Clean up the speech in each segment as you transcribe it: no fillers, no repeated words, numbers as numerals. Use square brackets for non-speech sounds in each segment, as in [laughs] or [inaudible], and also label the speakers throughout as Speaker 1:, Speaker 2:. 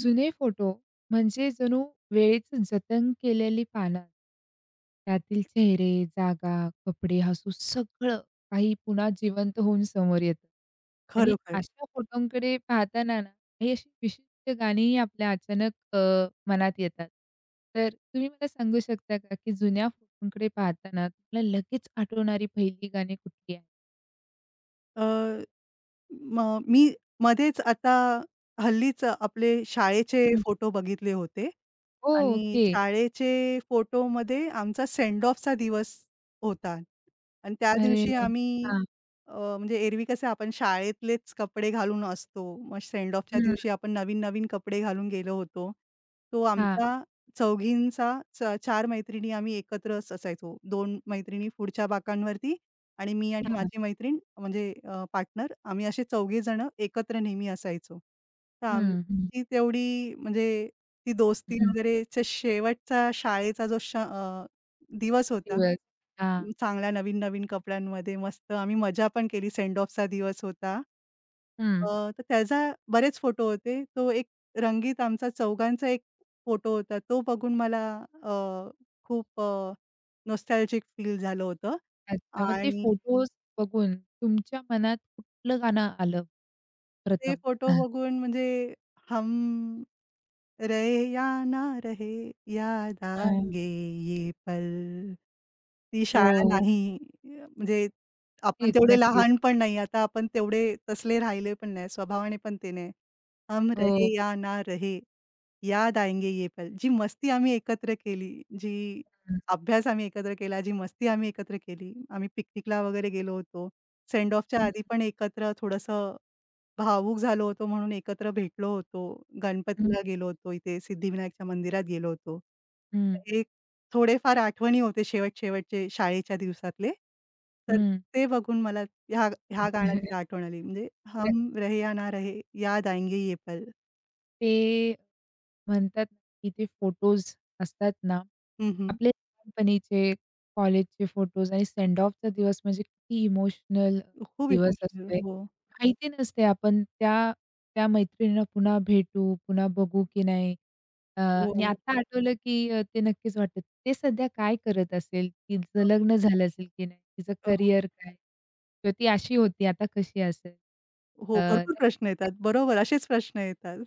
Speaker 1: जुने फोटो म्हणजे जणू वेळेचं जतन केलेली पानं. त्यातील चेहरे, जागा, कपडे, हसू सगळं काही पुन्हा जिवंत होऊन समोर येतं. आणि
Speaker 2: खरोखर.
Speaker 1: अशा फोटोंकडे पाहताना ना, काही अशी विशिष्ट गाणीही आपल्या अचानक मनात येतात. तर तुम्ही मला सांगू शकता का, की जुन्या फोटोंकडे पाहताना तुम्हाला लगेच आठवणारी पहिली गाणी कुठली आहेत?
Speaker 2: अ, म मी मध्येच आता हल्लीच आपले शाळेचे
Speaker 1: हं.
Speaker 2: फोटो बघितले होते आणि
Speaker 1: ओके.
Speaker 2: शाळेचे फोटोमध्ये आमचा सेंड ऑफचा दिवस होता आणि त्या
Speaker 1: अरे!
Speaker 2: दिवशी आम्ही
Speaker 1: हां.
Speaker 2: अ, म्हणजे एरवी कसं आपण शाळेतलेच कपडे घालून असतो. मग सेंड ऑफच्या
Speaker 1: हं.
Speaker 2: दिवशी आपण नवीन-नवीन कपडे घालून गेलो होतो. तो
Speaker 1: हां,
Speaker 2: आमचा चौघींचा 4 मैत्रिणी आम्ही एकत्रच असायचो. 2 मैत्रिणी पुढच्या बाकांवरती आणि मी आणि
Speaker 1: हां.
Speaker 2: माझी मैत्रीण म्हणजे पार्टनर आम्ही असे चौघे जण एकत्र नेहमी असायचो. तर
Speaker 1: हं,
Speaker 2: आमची तेवढी म्हणजे ती दोस्ती
Speaker 1: हं.
Speaker 2: वगैरेचा शेवटचा शाळेचा जो दिवस होता.
Speaker 1: दिवस. हां.
Speaker 2: चांगल्या नवीन-नवीन कपड्यांमध्ये मस्त आम्ही मजा पण केली. सेंड ऑफचा दिवस होता.
Speaker 1: हं.
Speaker 2: अ, तर त्याचा बरेच फोटो होते. तो एक रंगीत आमचा चौघांचा एक फोटो होता. तो बघून मला अ, खूप नॉस्टॅल्जिक फील झालं होतं
Speaker 1: अच्छा. मग ते
Speaker 2: आणि
Speaker 1: फोटोज बघून तुमच्या मनात कुठलं गाणं आलं
Speaker 2: ते
Speaker 1: प्रथम?
Speaker 2: फोटो
Speaker 1: हां.
Speaker 2: बघून म्हणजे हम रहे या ना रहे याद
Speaker 1: हां.
Speaker 2: आएंगे ये पल. ती शाळा
Speaker 1: हो.
Speaker 2: नाही म्हणजे आपण
Speaker 1: नक्कीच,
Speaker 2: तेवढे
Speaker 1: नक्कीच.
Speaker 2: लहान पण नाही. आता आपण तेवढे तसले राहिले पण नाही. स्वभावाने पण ते नाही. हम
Speaker 1: हो.
Speaker 2: रहे या ना रहे याद आएंगे ये पल. जी मस्ती आम्ही एकत्र केली, जी
Speaker 1: हं.
Speaker 2: अभ्यास आम्ही एकत्र केला, जी मस्ती आम्ही एकत्र केली. आम्ही पिकनिकला वगैरे गेलो होतो. सेंड ऑफच्या
Speaker 1: हं,
Speaker 2: आधी पण एकत्र थोडंसं भावूक झालो होतो म्हणून एकत्र भेटलो होतो.
Speaker 1: हं,
Speaker 2: गणपतीला गेलो होतो, इथे सिद्धिविनायकच्या मंदिरात गेलो होतो.
Speaker 1: हं,
Speaker 2: हे थोडेफार आठवणी होते शेवट-शेवटचे शाळेच्या दिवसातले. तर ते बघून मला ह्या ह्या
Speaker 1: [laughs] हं.
Speaker 2: गाण्याची आठवण आली. म्हणजे
Speaker 1: तर
Speaker 2: हम रहे या ना रहे, याद आएंगे ये पल.
Speaker 1: ते म्हणतात ना, की ते फोटोज असतात ना,
Speaker 2: हं, हं.
Speaker 1: आपले लहानपणीचे, कॉलेजचे फोटोज आणि सेंड ऑफचा दिवस म्हणजे किती इमोशनल
Speaker 2: खूप
Speaker 1: दिवस
Speaker 2: इमोशनल.
Speaker 1: असतोय.
Speaker 2: हो,
Speaker 1: माहिती नसते आपण त्या त्या मैत्रिणींना पुन्हा भेटू, पुन्हा बघू की नाही. आणि
Speaker 2: हो.
Speaker 1: आता आठवलं, की ते नक्कीच वाटतं. ते सध्या काय करत असेल? तिचं लग्न झालं असेल की नाही? तिचं
Speaker 2: अ,
Speaker 1: करिअर काय? किंवा ती अशी होती, आता कशी असेल?
Speaker 2: हो, भरपूर प्रश्न
Speaker 1: नक्कीच
Speaker 2: येतात. बरोबर असेच प्रश्न येतात.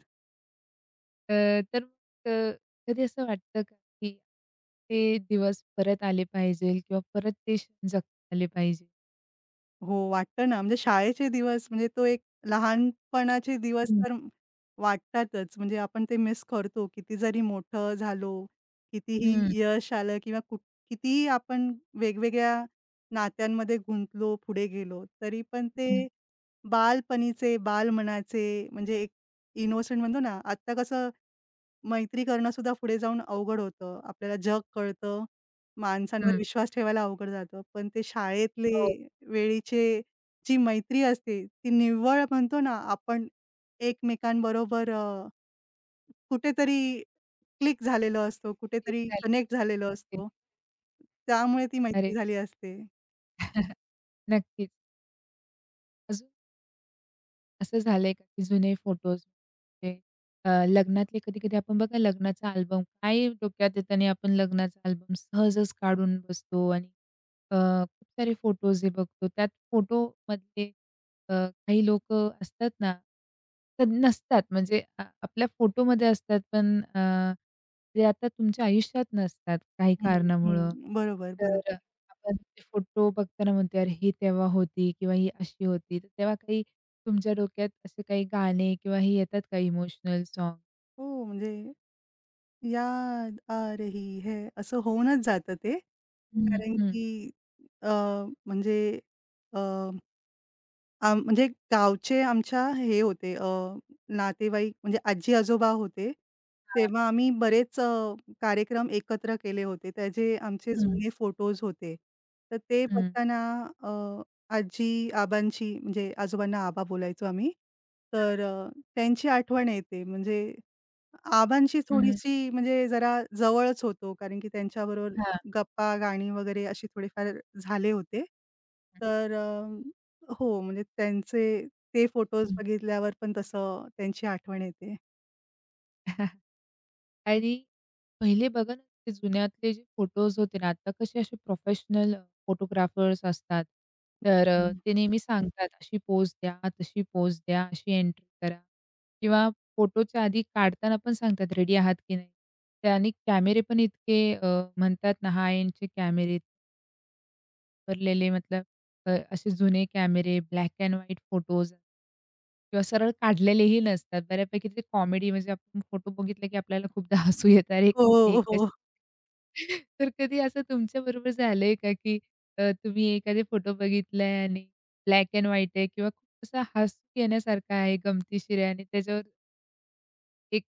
Speaker 1: तर अ, कधी असं वाटतं का, की ते दिवस परत आले पाहिजेल किंवा परत ते क्षण जगता आले पाहिजे?
Speaker 2: हो, वाटतं ना, म्हणजे शाळेचे दिवस म्हणजे तो एक लहानपणाचे दिवस
Speaker 1: हं.
Speaker 2: तर वाटतातच. म्हणजे आपण ते मिस करतो. किती जरी मोठं झालो,
Speaker 1: हं,
Speaker 2: कितीही यश आलं किंवा कितीही आपण वेगवेगळ्या नात्यांमध्ये गुंतलो, पुढे गेलो, तरी पण
Speaker 1: हं,
Speaker 2: ते बालपणीचे, बालमनाचे म्हणजे एक इनोसेंट म्हणतो ना, आत्ता कसं मैत्री करणंसुद्धा पुढे जाऊन अवघड होतं. आपल्याला जग कळतं. माणसांवर
Speaker 1: हं.
Speaker 2: विश्वास ठेवायला अवघड जातं. पण ते शाळेतले
Speaker 1: हो,
Speaker 2: वेळीचे जी मैत्री असते, ती निव्वळ म्हणतो ना आपण एकमेकांबरोबर कुठेतरी क्लिक झालेलो असतो,
Speaker 1: क्लिक
Speaker 2: कुठेतरी
Speaker 1: झालं.
Speaker 2: कनेक्ट झालेलो
Speaker 1: नक्कीच.
Speaker 2: असतो. त्यामुळे ती मैत्री
Speaker 1: अरे,
Speaker 2: झाली असते.
Speaker 1: [laughs] नक्कीच. असं झालंय का की जुने फोटोज म्हणजे लग्नातले कधी-कधी आपण बघा लग्नाचा अल्बम काय डोक्यात येतं आणि आपण लग्नाचा अल्बम सहजच काढून बसतो आणि अ, खूप सारे फोटोज हे बघतो. त्यात फोटोमधले अ, काही लोकं असतात ना, तर नसतात म्हणजे आपल्या फोटोमध्ये असतात पण ते आता तुमच्या आयुष्यात नसतात काही
Speaker 2: हं,
Speaker 1: कारणामुळं.
Speaker 2: हं. बरोबर,
Speaker 1: तर
Speaker 2: बरोबर.
Speaker 1: आपण ते फोटो बघताना म्हणतो, "अरे, ही तेव्हा होती किंवा ही अशी होती." तर तेव्हा काही तुमच्या डोक्यात असे काही गाणे किंवा हे येतात का इमोशनल सॉन्ग?
Speaker 2: हो, म्हणजे याद आ रही है असं होऊनच जातं ते.
Speaker 1: हं,
Speaker 2: कारण
Speaker 1: हं.
Speaker 2: की अ, म्हणजे अ, आ म्हणजे गावचे आमच्या हे होते नातेवाईक म्हणजे आजी-आजोबा होते. तेव्हा आम्ही बरेच कार्यक्रम एकत्र केले होते. त्याचे आमचे
Speaker 1: हां.
Speaker 2: जुने फोटोज होते. तर ते
Speaker 1: हं, हं.
Speaker 2: बघताना अ, आजी आबांची म्हणजे आजोबांना आबा बोलायचो आम्ही. तर त्यांची आठवण येते म्हणजे आबांशी
Speaker 1: हं, हं.
Speaker 2: थोडीशी म्हणजे जरा जवळच होतो, कारण की त्यांच्याबरोबर
Speaker 1: हां.
Speaker 2: गप्पा, गाणी वगैरे असे थोडेफार झाले होते. तर हो, म्हणजे त्यांचे ते फोटोज बघितल्यावर पण तसं त्यांची आठवण येते.
Speaker 1: हं. आणि पहिले बघा ना, ते जुन्यातले जे फोटोज होते ना, आता कसे असे प्रोफेशनल फोटोग्राफर्स असतात. तर
Speaker 2: हं.
Speaker 1: ते नेहमी सांगतात, "अशी पोज द्या, तशी पोज द्या, अशी एंट्री करा." किंवा फोटोच्या आधी काढताना पण सांगतात, "रेडी आहात की नाही?" त्याने कॅमेरे पण इतके म्हणतात ना हाय एंडचे कॅमेरे वापरलेले मतलब असे जुने कॅमेरे, ब्लॅक अँड व्हाईट फोटोज किंवा सरळ काढलेलेही नसतात. बऱ्यापैकी ते कॉमेडी म्हणजे आपण फोटो बघितले की आपल्याला खूपदा हसू येतं. अरे, हे
Speaker 2: हो, हो.
Speaker 1: कसे [laughs] तर कधी असं तुमच्याबरोबर झालंय का, की तुम्ही एखादे फोटो बघितलाय आणि ब्लॅक अँड व्हाईट आहे किंवा खूप असा हसू येण्यासारखा आहे, गमतीशीर आहे आणि त्याच्यावर एक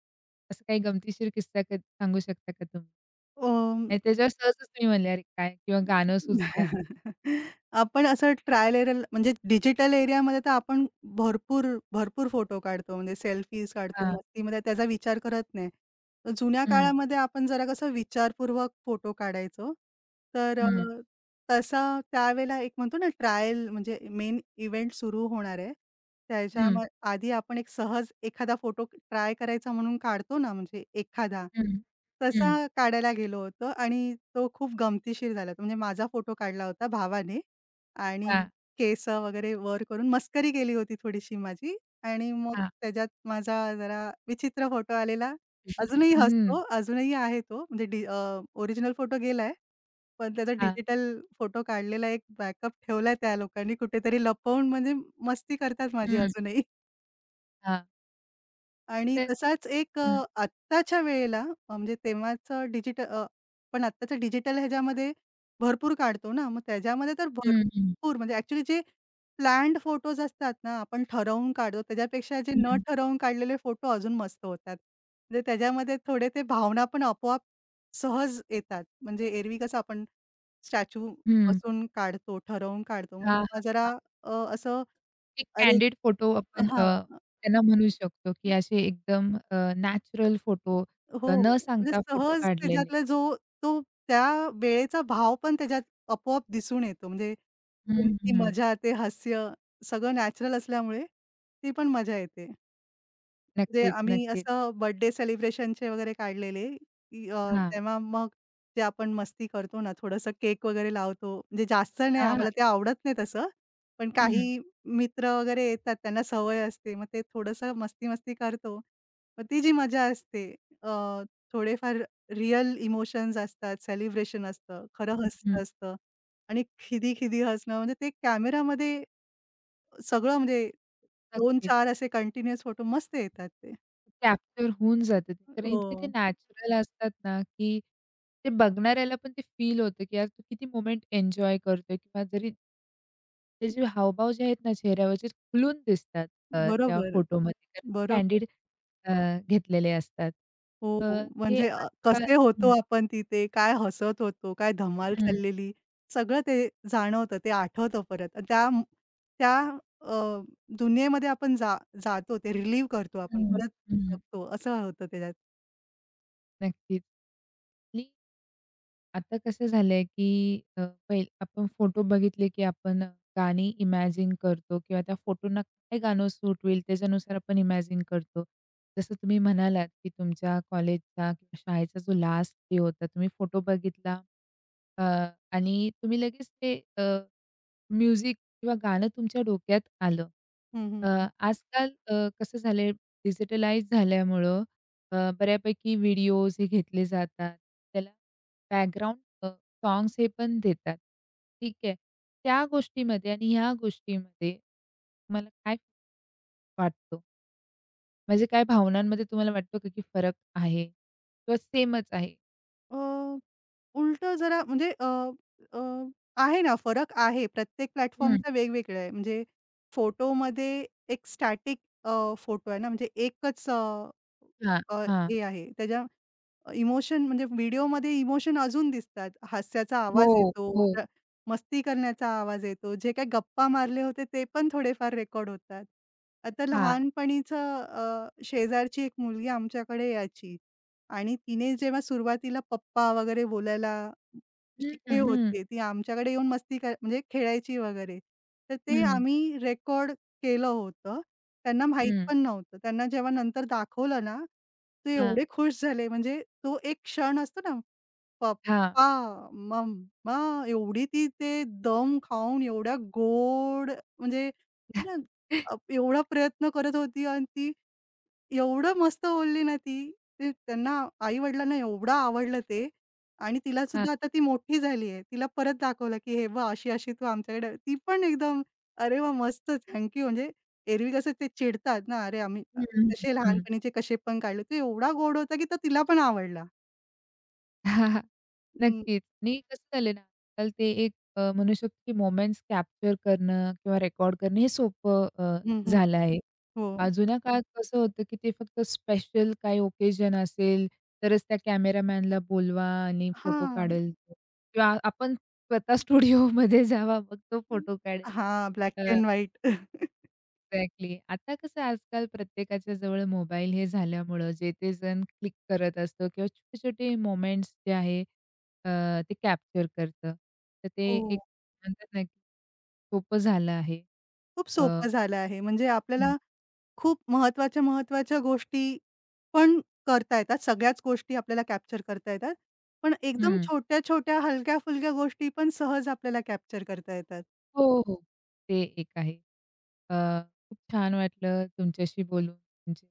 Speaker 1: असं काही गमतीशीर किस्सा सांगू शकता का तुम्ही?
Speaker 2: अ,
Speaker 1: आणि त्याच्यावर सहजच तुम्ही म्हणले, "अरे काय" किंवा गाणं सुचल्यास?
Speaker 2: [laughs] आपण असं ट्रायल एरल म्हणजे डिजिटल एरियामध्ये तर आपण भरपूर, भरपूर फोटो काढतो. म्हणजे सेल्फीज काढतो,
Speaker 1: हां.
Speaker 2: मस्तीमध्ये त्याचा विचार करत नाही. तर जुन्या हं.
Speaker 1: हं.
Speaker 2: काळामध्ये आपण जरा कसं विचारपूर्वक फोटो काढायचो. तर अ,
Speaker 1: Mh.
Speaker 2: तसा त्यावेळेला एक म्हणतो ना ट्रायल म्हणजे मेन इव्हेंट सुरू होणार आहे. त्याच्या
Speaker 1: Mh.
Speaker 2: हं. आधी आपण एक सहज एखादा फोटो ट्राय करायचा म्हणून काढतो ना म्हणजे एखादा,
Speaker 1: Mh.
Speaker 2: तसा
Speaker 1: Mh.
Speaker 2: काढायला गेलो होतो आणि तो खूप गमतीशीर झाला होता. म्हणजे माझा फोटो काढला होता भावाने आणि
Speaker 1: Ah,
Speaker 2: केसं वगैरे वर करून मस्करी केली होती थोडीशी माझी आणि मग
Speaker 1: ah.
Speaker 2: त्याच्यात माझा जरा विचित्र फोटो आलेला. अजूनही
Speaker 1: Mh.
Speaker 2: हसतो, अजूनही आहे तो म्हणजे ओरिजिनल फोटो गेलाय. पण त्याचा
Speaker 1: Ah.
Speaker 2: डिजिटल फोटो काढलेला एक बॅकअप ठेवलाय त्या लोकांनी कुठेतरी लपवून म्हणजे मस्ती करतात माझी [laughs]
Speaker 1: Mh.
Speaker 2: अजूनही.
Speaker 1: हां.
Speaker 2: आणि
Speaker 1: तर
Speaker 2: तसाच एक अ,
Speaker 1: हं.
Speaker 2: आत्ताच्या वेळेला म्हणजे तेव्हाचं डिजिटल पण आत्ताचं डिजिटल ह्याच्यामध्ये भरपूर काढतो ना, मग त्याच्यामध्ये तर
Speaker 1: हं, हं.
Speaker 2: भरपूर म्हणजे ॲक्चुअली जे प्लॅन्ड फोटोज असतात ना, आपण ठरवून काढतो त्याच्यापेक्षा जे न
Speaker 1: हं.
Speaker 2: ठरवून काढलेले फोटो अजून मस्त होतात. म्हणजे त्याच्यामध्ये थोडे ते भावना पण आपोआप सहज येतात. म्हणजे एरवी कसं आपण स्टॅच्यू
Speaker 1: हं.
Speaker 2: बसून काढतो, ठरवून काढतो. मग
Speaker 1: हां,
Speaker 2: तेव्हा
Speaker 1: हां,
Speaker 2: जरा
Speaker 1: हां.
Speaker 2: अ, असं
Speaker 1: एक
Speaker 2: अरे
Speaker 1: कँडिड फोटो आपण
Speaker 2: हां.
Speaker 1: त्यांना म्हणू शकतो, की असे एकदम नॅचरल फोटो
Speaker 2: हो,
Speaker 1: न
Speaker 2: म्हणजे
Speaker 1: सांगता फोटो
Speaker 2: सहज
Speaker 1: काढलेले.
Speaker 2: त्याच्यातला जो तो त्या वेळेचा भाव पण त्याच्यात आपोआप दिसून येतो. म्हणजे तुम
Speaker 1: हं,
Speaker 2: ती
Speaker 1: हं.
Speaker 2: मजा, ते हास्य सगळं नॅचरल असल्यामुळे ती पण मजा येते. म्हणजे
Speaker 1: नक्कीच,
Speaker 2: आम्ही
Speaker 1: नक्कीच.
Speaker 2: असं बर्थडे सेलिब्रेशनचे वगैरे काढलेले, की अ,
Speaker 1: हां.
Speaker 2: तेव्हा मग ते आपण मस्ती करतो ना, थोडंसं केक वगैरे लावतो. म्हणजे जास्त नाही,
Speaker 1: हां.
Speaker 2: आम्हाला ते आवडत नाही तसं. पण
Speaker 1: हं.
Speaker 2: काही मित्र वगैरे येतात, त्यांना सवय असते. मग ते थोडंसं मस्ती-मस्ती करतो. मग ती जी मजा असते, अ, थोडेफार रिअल इमोशन्स असतात, सेलिब्रेशन असतं, खरं
Speaker 1: हं. हं.
Speaker 2: हास्य असतं आणि खिदी-खिदी हसणं म्हणजे ते कॅमेरामध्ये सगळं म्हणजे
Speaker 1: नक्कीच.
Speaker 2: 2-4 असे कंटिन्युअस फोटो मस्त येतात ते.
Speaker 1: कॅप्चर होऊन जातं ते. कारण
Speaker 2: हो.
Speaker 1: इतके ते नॅचरल असतात ना, की ते बघणाऱ्याला पण ते फील होतं, की यार, तू किती मोमेंट एन्जॉय करतोय किंवा जरी त्याचे हावभाव जे आहेत ना चेहऱ्यावरचे खुलून दिसतात अ, त्या
Speaker 2: बरोबर,
Speaker 1: फोटोमध्ये कारण ते
Speaker 2: बरोबर.
Speaker 1: कँडिड अ, घेतलेले असतात. अ,
Speaker 2: हो,
Speaker 1: हे
Speaker 2: म्हणजे अ,
Speaker 1: आजकाल
Speaker 2: कसे होतो
Speaker 1: हं,
Speaker 2: आपण तिथे, काय हसत होतो, काय धमाल
Speaker 1: हं,
Speaker 2: चाललेली, सगळं ते जाणवतं, ते आठवतं परत. आणि त्या त्या अ, दुनियेमध्ये आपण जातो, ते रिलीव्ह करतो आपण,
Speaker 1: हं,
Speaker 2: परत
Speaker 1: हं.
Speaker 2: जगतो, असं होतं त्याच्यात.
Speaker 1: नक्कीच. आणि आता कसं झालंय, की पहिले आपण फोटो बघितले, की आपण गाणी इमॅजिन करतो किंवा त्या फोटोंना काय गाणं सूट होईल त्याच्यानुसार आपण इमॅजिन करतो. जसं तुम्ही म्हणालात, की तुमच्या कॉलेजचा किंवा शाळेचा जो लास्ट डे होता, तुम्ही फोटो बघितला अ, आणि तुम्ही लगेच ते म्युझिक किंवा गाणं तुमच्या डोक्यात आलं.
Speaker 2: हं,
Speaker 1: अ,
Speaker 2: हं.
Speaker 1: आजकाल कसं झालंय डिजिटलाइज झाल्यामुळं बऱ्यापैकी व्हिडिओज हे घेतले जातात. त्याला बॅकग्राऊंड अ, सॉन्ग्स हे पण देतात. ठीक आहे. त्या गोष्टीमध्ये आणि ह्या गोष्टीमध्ये तुम्हाला काय वाटतं? म्हणजे काय भावनांमध्ये तुम्हाला वाटतं का की फरक आहे किंवा सेमच आहे?
Speaker 2: अ, उलटं जरा म्हणजे अ, अ, आहे ना फरक आहे. प्रत्येक
Speaker 1: हं.
Speaker 2: प्लॅटफॉर्मचा वेगवेगळं आहे. म्हणजे फोटोमध्ये एक स्टॅटिक फोटो आहे ना, म्हणजे एकच अ,
Speaker 1: हां,
Speaker 2: अ,
Speaker 1: हां.
Speaker 2: हे आहे. त्याच्या इमोशन म्हणजे व्हिडिओमध्ये इमोशन अजून दिसतात. हास्याचा
Speaker 1: हो,
Speaker 2: आवाज येतो,
Speaker 1: हो.
Speaker 2: र मस्ती करण्याचा आवाज येतो. जे काही गप्पा मारले होते ते पण थोडेफार रेकॉर्ड होतात. आता
Speaker 1: हां.
Speaker 2: लहानपणीचं अ, शेजारची एक मुलगी आमच्याकडे यायची. आणि तिने जेव्हा सुरुवातीला पप्पा वगैरे बोलायला
Speaker 1: हं,
Speaker 2: शिकले
Speaker 1: हं, हं,
Speaker 2: होते. ती आमच्याकडे येऊन मस्ती कर म्हणजे खेळायची वगैरे. तर ते हं.
Speaker 1: हं,
Speaker 2: आम्ही रेकॉर्ड केलं होतं. त्यांना माहीत
Speaker 1: हं.
Speaker 2: पण नव्हतं. त्यांना जेव्हा नंतर दाखवलं ना, ते
Speaker 1: हां,
Speaker 2: एवढे खुश झाले. म्हणजे तो एक क्षण असतो ना,
Speaker 1: हां.
Speaker 2: पप्पा, मम्मा एवढी ती ते दम खाऊन एवढ्या गोड म्हणजे म्हणतो
Speaker 1: हां.
Speaker 2: ना, एवढा प्रयत्न करत होती आणि ती एवढं मस्त बोलली ना ती. ते त्यांना आई-वडिलांना एवढं आवडलं ते आणि तिला सुद्धा आता ती मोठी झाली आहे. तिला परत दाखवलं, की "हे बघ अशी-अशी तू आमच्याकडे" ती पण एकदम "अरे वा मस्त थँक यू." म्हणजे एरवी कसं ते चिडतात ना, "अरे आम्ही अ,
Speaker 1: हं, हं,
Speaker 2: कसे
Speaker 1: हं.
Speaker 2: लहानपणीचे कसे पण काढले." तो एवढा गोड होता, की तो तिला पण आवडला.
Speaker 1: [laughs]
Speaker 2: हं,
Speaker 1: नक्कीच. आणि कसं झालं ना, आजकाल ते एक म्हणू शकतो की मोमेंट्स कॅप्चर करणं किंवा रेकॉर्ड करणं हे सोपं
Speaker 2: हं, हं.
Speaker 1: झालं आहे.
Speaker 2: हो.
Speaker 1: जुन्या काळात कसं होतं की ते फक्त स्पेशल काही ओकेजन असेल, तरच त्या कॅमेरामॅनला बोलवा आणि फोटो
Speaker 2: हां.
Speaker 1: काढेल तो किंवा आपण स्वतः स्टुडिओमध्ये जावा मग तो फोटो काढेल.
Speaker 2: हां, black
Speaker 1: uh
Speaker 2: and white. [laughs]
Speaker 1: Exactly. आता कसं आजकाल प्रत्येकाच्या जवळ मोबाईल हे झाल्यामुळं जे ते जण क्लिक करत असतो किंवा छोटे-छोटे मोमेंट्स जे आहे ते कॅप्चर करतं. तर ते
Speaker 2: हो.
Speaker 1: एक म्हणतात ना, की सोपं झालं आहे.
Speaker 2: खूप
Speaker 1: अ,
Speaker 2: सोपं झालं आहे. म्हणजे
Speaker 1: हं,
Speaker 2: आपल्याला खूप महत्त्वाच्या, महत्त्वाच्या गोष्टी पण करता येतात. सगळ्याच गोष्टी आपल्याला कॅप्चर करता येतात. पण एकदम
Speaker 1: हं.
Speaker 2: छोट्या-छोट्या, हलक्या-फुलक्या गोष्टी पण सहज आपल्याला कॅप्चर करता येतात.
Speaker 1: हो, हो. ते एक आहे. अ, खूप छान वाटलं तुमच्याशी बोलून. तुमचे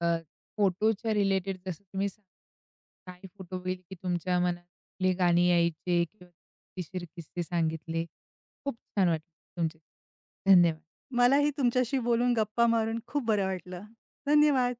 Speaker 1: अ, फोटोच्या रिलेटेड जसं तुम्ही काही फोटो बघितले की तुमच्या मनातली गाणी यायचे किंवा कितीशीर किस्से सांगितले. खूप छान वाटलं तुमचे धन्यवाद.
Speaker 2: मलाही तुमच्याशी बोलून, गप्पा मारून खूप बरं वाटलं. धन्यवाद.